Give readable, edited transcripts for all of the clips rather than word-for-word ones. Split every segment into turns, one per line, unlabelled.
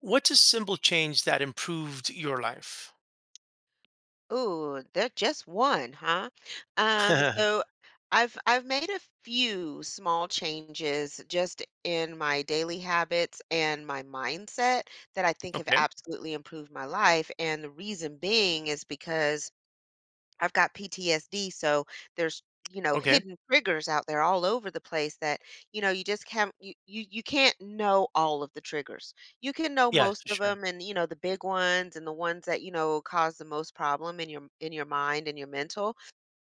What's a simple change that improved your life?
Ooh, that just one, huh? So I've made a few small changes just in my daily habits and my mindset that I think have
Okay.
absolutely improved my life. And the reason being is because I've got PTSD, so there's, you know,
Okay.
hidden triggers out there all over the place that, you know, you just can't you, you you can't know all of the triggers. You can know
Yes, for
most of
sure.
them and, you know, the big ones and the ones that, you know, cause the most problem in your mind and your mental.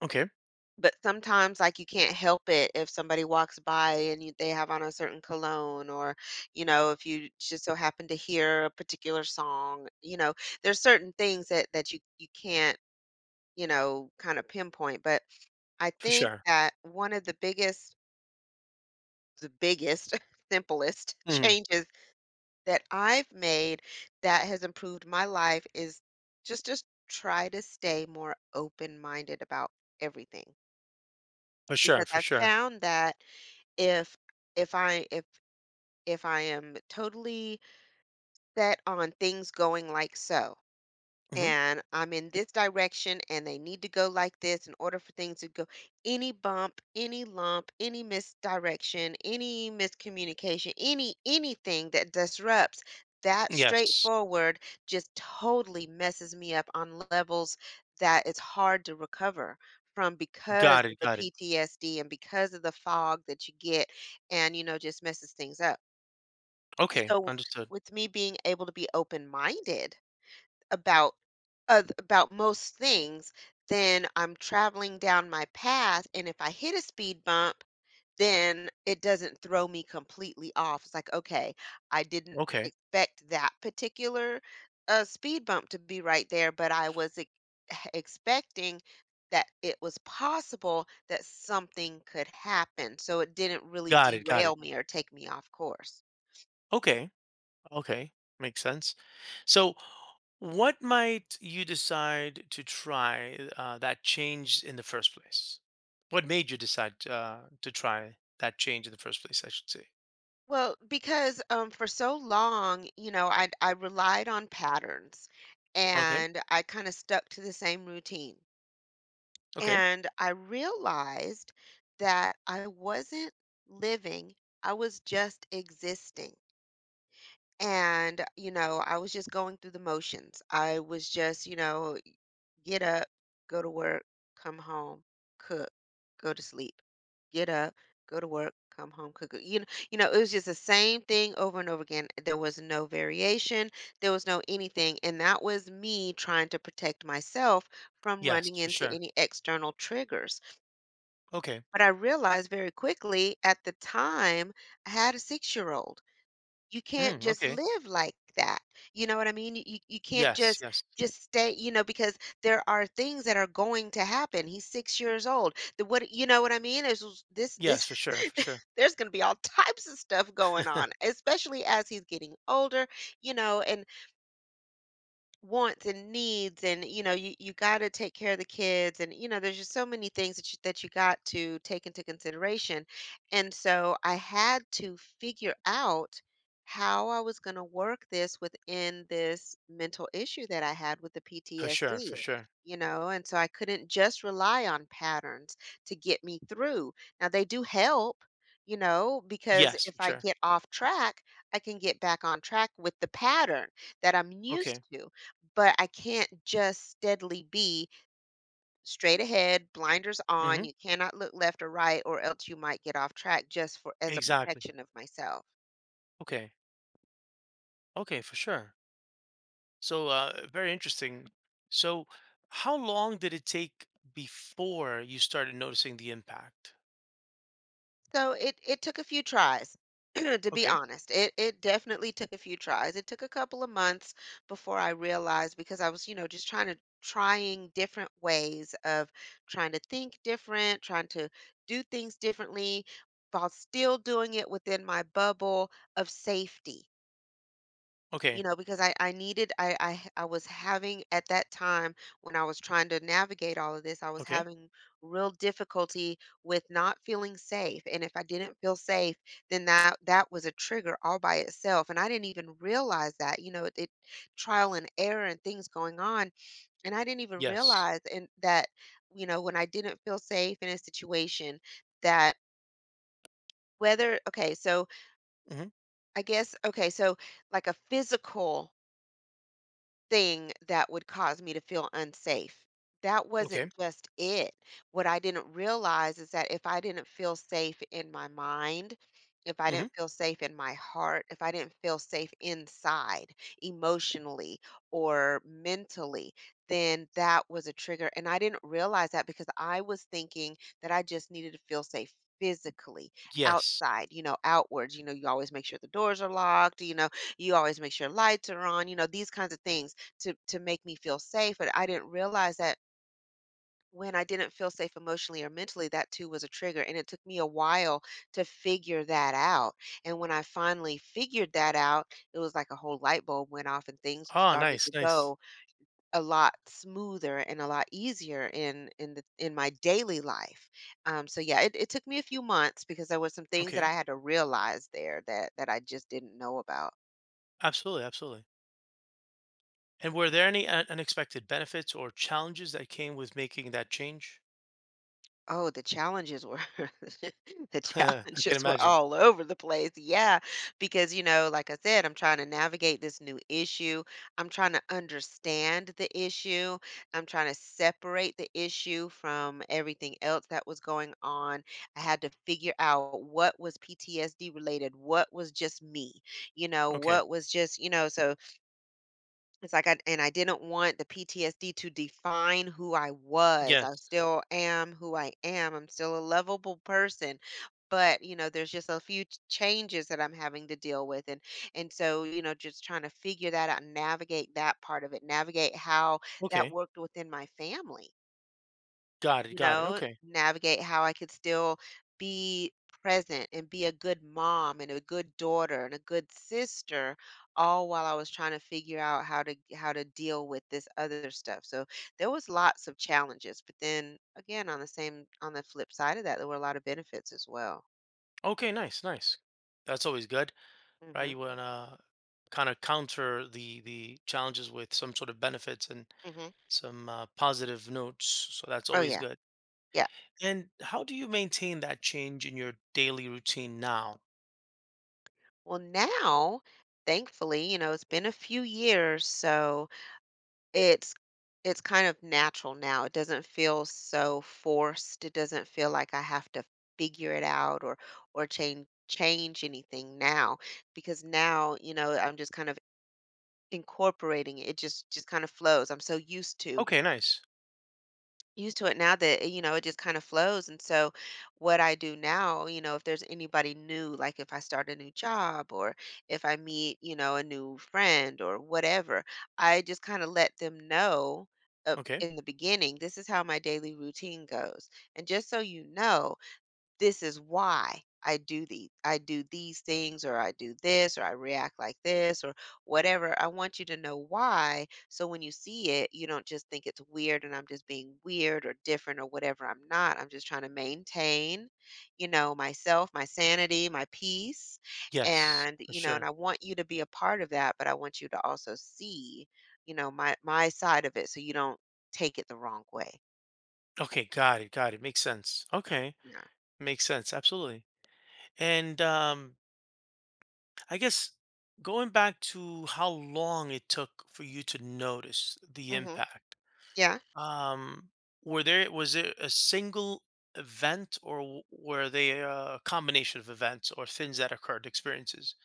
Okay.
But sometimes like you can't help it if somebody walks by and they have on a certain cologne or, you know, if you just so happen to hear a particular song, you know, there's certain things that you can't you know kind of pinpoint. But I
For
think
sure.
that one of the biggest, simplest
Mhm.
changes that I've made that has improved my life is just try to stay more open-minded about everything,
For
because
sure. For
I've
sure.
found that if if I if if I am totally set on things going like so,
Hmm.
and I'm in this direction and they need to go like this in order for things to go. Any bump, any lump, any misdirection, any miscommunication, any anything that disrupts that
Yes.
straightforward just totally messes me up on levels that it's hard to recover from because
Got
of
it.
the
Got it.
PTSD and because of the fog that you get and you know just messes things up.
Okay.
So
Understood.
with me being able to be open minded about oth about most things, then I'm traveling down my path, and if I hit a speed bump, then it doesn't throw me completely off. It's like, "Okay, I didn't
Okay.
expect that particular, speed bump to be right there, but I was ex expecting that it was possible that something could happen, so it didn't really
Got it. Got it.
derail me or take me off course."
Okay. Okay. Makes sense. So, what might you decide to try that changed in the first place? What made you decide to try that change in the first place? I should say.
Well, because for so long, you know, I relied on patterns,
Okay.
and I kinda stuck to the same routine,
Okay.
and I realized that I wasn't living, I was just existing, and, you know, I was just going through the motions. I was just, you know, get up, go to work, come home, cook, go to sleep. Get up, go to work, come home, cook. You know, it was just the same thing over and over again. There was no variation, there was no anything, and that was me trying to protect myself from
Yes,
running
for
into
sure.
any external triggers.
Okay.
But I realized very quickly at the time I had a 6-year-old, you can't
Mm,
just
okay.
live like that. You know what I mean? You can't
Yes,
just
yes.
just stay, you know, because there are things that are going to happen. He's 6 years old. The what you know what I mean? Is this this
Yes, for sure, for sure.
there's gonna be all types of stuff going on, especially as he's getting older, you know, and wants and needs, and you know you got to take care of the kids, and you know there's just so many things that you got to take into consideration. And so I had to figure out how I was going to work this within this mental issue that I had with the
For sure,
PTSD.
for sure.
You know, and so I couldn't just rely on patterns to get me through. Now they do help, you know, because
Yes,
if
for
I
sure.
get off track I can get back on track with the pattern that I'm used
Okay.
to. But I can't just steadily be straight ahead, blinders on,
Hmm.
you cannot look left or right or else you might get off track just for as a
Exactly.
protection of myself.
Okay. Okay, for sure. So, very interesting. So, how long did it take before you started noticing the impact?
So it took a few tries, to be
Okay.
honest. It definitely took a few tries. It took a couple of months before I realized, because I was, you know, just trying to, trying different ways of trying to think different, trying to do things differently while still doing it within my bubble of safety. You
Okay.
know, because I needed, I was having at that time, when I was trying to navigate all of this I was
Okay.
having real difficulty with not feeling safe, and if I didn't feel safe then that was a trigger all by itself, and I didn't even realize that. You know it, trial and error and things going on, and I didn't even
Yes.
realize, and that you know when I didn't feel safe in a situation that, whether, okay, so
Hmm.
I guess, okay, so like a physical thing that would cause me to feel unsafe. That
Okay.
wasn't just it. What I didn't realize is that if I didn't feel safe in my mind, if I
Hmm.
didn't feel safe in my heart, if I didn't feel safe inside emotionally or mentally, then that was a trigger. And I didn't realize that because I was thinking that I just needed to feel safe physically,
Yes.
outside, you know, outwards. You know, you always make sure the doors are locked, you know, you always make sure lights are on, you know, these kinds of things to make me feel safe, but I didn't realize that when I didn't feel safe emotionally or mentally, that too was a trigger, and it took me a while to figure that out. And when I finally figured that out, it was like a whole light bulb went off, and things
Ah,
started
nice,
to
nice.
go a lot smoother and a lot easier in the in my daily life. So yeah, it took me a few months because there were some things that
Okay.
I had to realize there that I just didn't know about.
Absolutely, absolutely. And were there any unexpected benefits or challenges that came with making that change?
Oh, the challenges were the
I can
challenges were
imagine.
all over the place. Yeah, because you know, like I said, I'm trying to navigate this new issue. I'm trying to understand the issue. I'm trying to separate the issue from everything else that was going on. I had to figure out what was PTSD related, what was just me, you know,
Okay.
what was just, you know, so it's like I, and I didn't want the PTSD to define who I was.
Yes.
I still am who I am. I'm still a lovable person. But, you know, there's just a few changes that I'm having to deal with. And so, you know, just trying to figure that out, and navigate that part of it, navigate how that
Okay.
worked within my family,
Got it.
you
Got it.
know,
Okay.
navigate how I could still be present and be a good mom and a good daughter and a good sister, all while I was trying to figure out how to deal with this other stuff. So there was lots of challenges, but then again on the same, on the flip side of that, there were a lot of benefits as well.
Okay. Nice. Nice. That's always good, right?
Mhm.
You wanna kind of counter the challenges with some sort of benefits and
Mhm.
some positive notes, so that's
Oh
always
yeah.
good.
Yeah.
And how do you maintain that change in your daily routine now?
Well, now thankfully, you know, it's been a few years, so It's it's kind of natural now. It doesn't feel so forced. It doesn't feel like I have to figure it out or change anything now, because now, you know, I'm just kind of incorporating it. It just kind of flows. I'm so used to,
Okay. Nice.
used to it now that, eh, you know, it just kind of flows, and so what I do now, you know, if there's anybody new, like if I start a new job or if I meet, you know, a new friend or whatever, I just kinda let them know up
Okay.
in the beginning, "This is how my daily routine goes, and just so you know, this is why I do these things, or I do this, or I react like this, or whatever. I want you to know why, so when you see it, you don't just think it's weird and I'm just being weird or different or whatever. I'm not. I'm just trying to maintain, you know, myself, my sanity, my peace.
Yes.
And,
For
you know, and
sure.
I want you to be a part of that, but I want you to also see, you know, my side of it so you don't take it the wrong way."
Okay. Got it. Got it. Makes sense. Okay.
Yeah.
Makes sense. Absolutely. And I guess going back to how long it took for you to notice the
Mhm.
impact.
Yeah.
Um, were there was it a single event or were they a combination of events or things that occurred, experiences?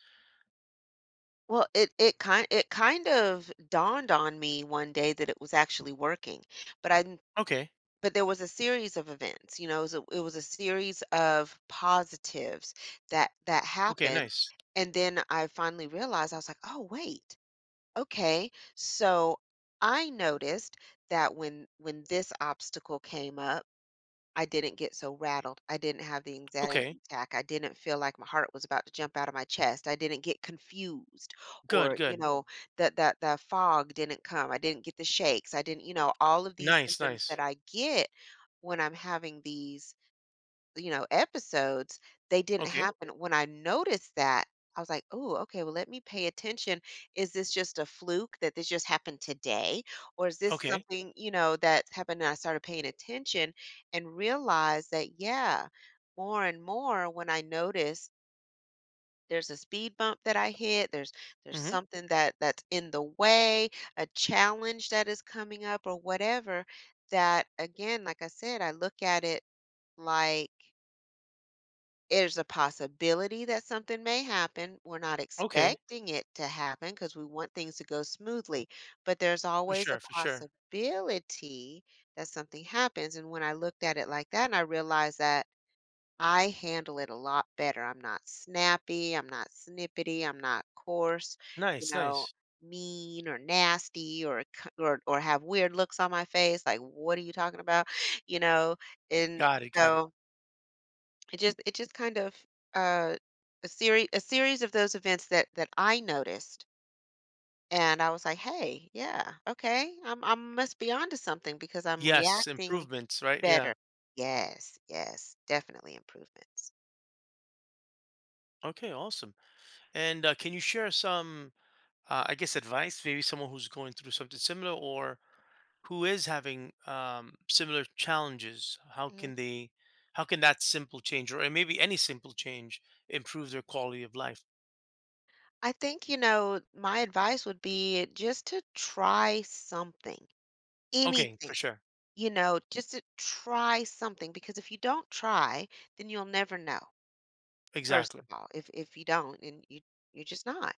Well, it kind of dawned on me one day that it was actually working, but I didn't-
Okay.
but there was a series of events, you know, it was a series of positives that that
Okay,
happened,
nice.
and then I finally realized, I was like, oh wait, okay, so I noticed that when this obstacle came up I didn't get so rattled. I didn't have the anxiety
Okay.
attack. I didn't feel like my heart was about to jump out of my chest. I didn't get confused
Good,
or, you
good.
know, that that the fog didn't come. I didn't get the shakes. I didn't, all of these
Nice,
symptoms that
nice.
I get when I'm having these episodes, they didn't
Okay.
happen. When I noticed that, I was like, "Oh, okay, well, let me pay attention. Is this just a fluke that this just happened today? Or is this
Okay.
something, that happened?" And I started paying attention and realized that, yeah, more and more when I notice there's a speed bump that I hit, there's
Mhm.
something that's in the way, a challenge that is coming up or whatever, that again, like I said, I look at it like there's a possibility that something may happen. We're not
Okay.
expecting it to happen because we want things to go smoothly, but there's
For
always a
sure, for sure.
possibility that something happens. And when I looked at it like that and I realized that I handle it a lot better. I'm not snappy, I'm not snippety, I'm not coarse, you
Nice,
know,
nice.
mean or nasty or or have weird looks on my face like what are you talking about? You know, and
Got it, got it.
so it just kind of uh a series of those events that I noticed and I was like, "Hey, yeah, okay. I must be onto something because I'm
Yes,
reacting
improvements, right? Yeah.
better." Yes, yes, definitely improvements.
Okay, awesome. And can you share some I guess advice, maybe someone who's going through something similar or who is having similar challenges.
Mhm.
How can that simple change or maybe any simple change improve their quality of life?
I think, you know, my advice would be just to try something,
Okay,
anything,
for sure.
you know, just to try something because if you don't try, then you'll never know. First of
Exactly.
all, if you don't, and you you're just not.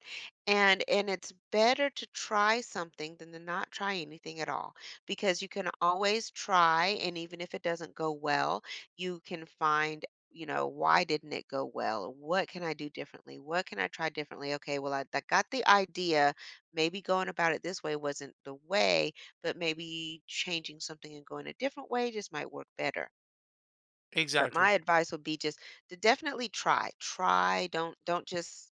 And it's better to try something than to not try anything at all because you can always try, and even if it doesn't go well, you can find, you know, why didn't it go well? What can I do differently? What can I try differently? Okay, well, I got the idea. Maybe going about it this way wasn't the way, but maybe changing something and going a different way just might work better. But my
Exactly.
advice would be just to definitely try. Try, don't just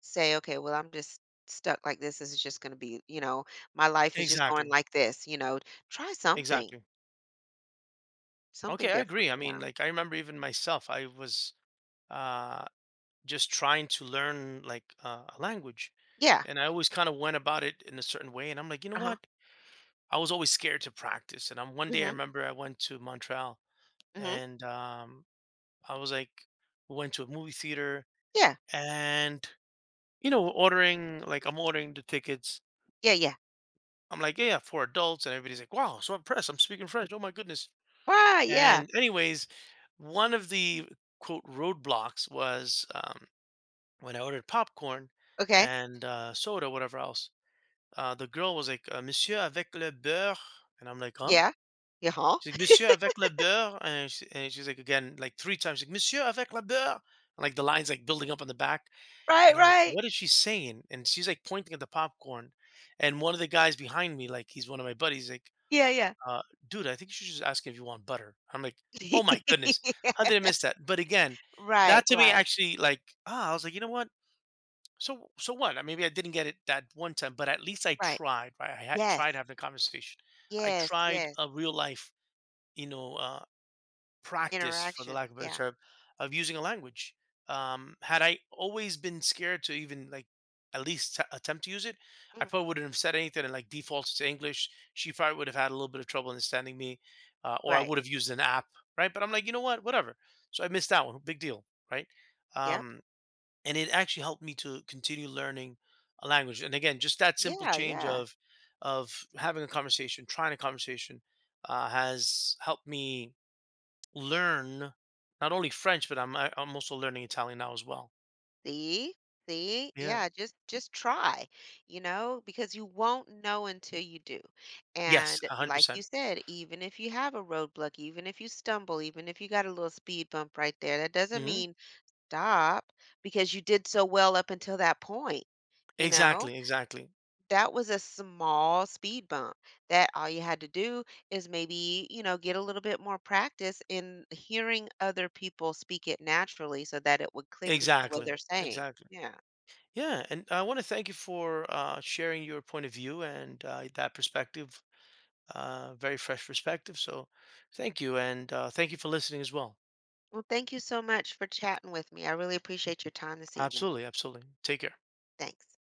say, "Okay, well, I'm just stuck like this. This is just going to be, you know, my life is just going
Exactly.
like this," you know. Try something,
Exactly.
something
Okay, I agree.
different,
I
you
mean,
know.
like I remember even myself, I was uh, just trying to learn like a language,
Yeah.
and I always kind of went about it in a certain way, and I'm like, you know
Uh-huh.
what? I was always scared to practice. And I'm. One day I
Mhm.
remember I went to Montreal
Mhm.
and I was like, we went to a movie theater
Yeah.
and, we're ordering, like, I'm ordering the tickets.
Yeah, yeah.
I'm like, yeah, yeah, for adults. And everybody's like, wow, so impressed. I'm speaking French. Oh my goodness.
Right, yeah.
And, anyways, one of the quote roadblocks was when I ordered popcorn
Okay.
and soda, whatever else. The girl was like, Monsieur avec le beurre. And I'm like, huh?
Yeah. Yeah, huh?
She's like, "Monsieur avec le beurre," and she's like again, like three times, like "Monsieur avec le beurre," and like the lines like building up on the back,
Right,
and I'm like,
right.
"What is she saying?" And she's like pointing at the popcorn, and one of the guys behind me, like he's one of my buddies, like,
Yeah, yeah.
uh, "Dude, I think you should just ask if you want butter." I'm like, "Oh my goodness, how did I miss that?" But again,
Right,
that to me
right,
actually, like, I was like, you know what? So what? Maybe I didn't get it that one time, but at least I
right.
tried. Right? I had tried
Yes.
having a conversation. I
Yes,
tried
yes.
a real life, you know. Uh, practice, for the
Interaction.
lack of a better
Yeah.
term, of using a language. Had I always been scared to even like at least attempt to use it, I
Mhm.
probably wouldn't have said anything and like defaulted to English. She probably would have had a little bit of trouble understanding me, or I
Right.
would have used an app, right? But I'm like, you know what, whatever. So I missed that one. Big deal, right?
Yep.
Um, and it actually helped me to continue learning a language. And again, just that simple
Yeah,
change
yeah.
of having a conversation, trying a conversation, has helped me learn not only French, but I'm also learning Italian now as well.
See? See?
Yeah.
Yeah, just try, you know, because you won't know until you do.
Yes,
And like
100%.
you said, even if you have a roadblock, even if you stumble, even if you got a little speed bump right there, that doesn't
Hmm.
mean stop, because you did so well up until that point. You know,
Exactly, exactly.
that was a small speed bump that all you had to do is maybe, you know, get a little bit more practice in hearing other people speak it naturally so that it would click with you what
Exactly.
they're saying.
Exactly.
Yeah.
Yeah, and I want to thank you for sharing your point of view and that perspective, very fresh perspective. So, thank you, and thank you for listening as well.
Well, thank you so much for chatting with me. I really appreciate your time this evening.
Absolutely, absolutely. Take care.
Thanks.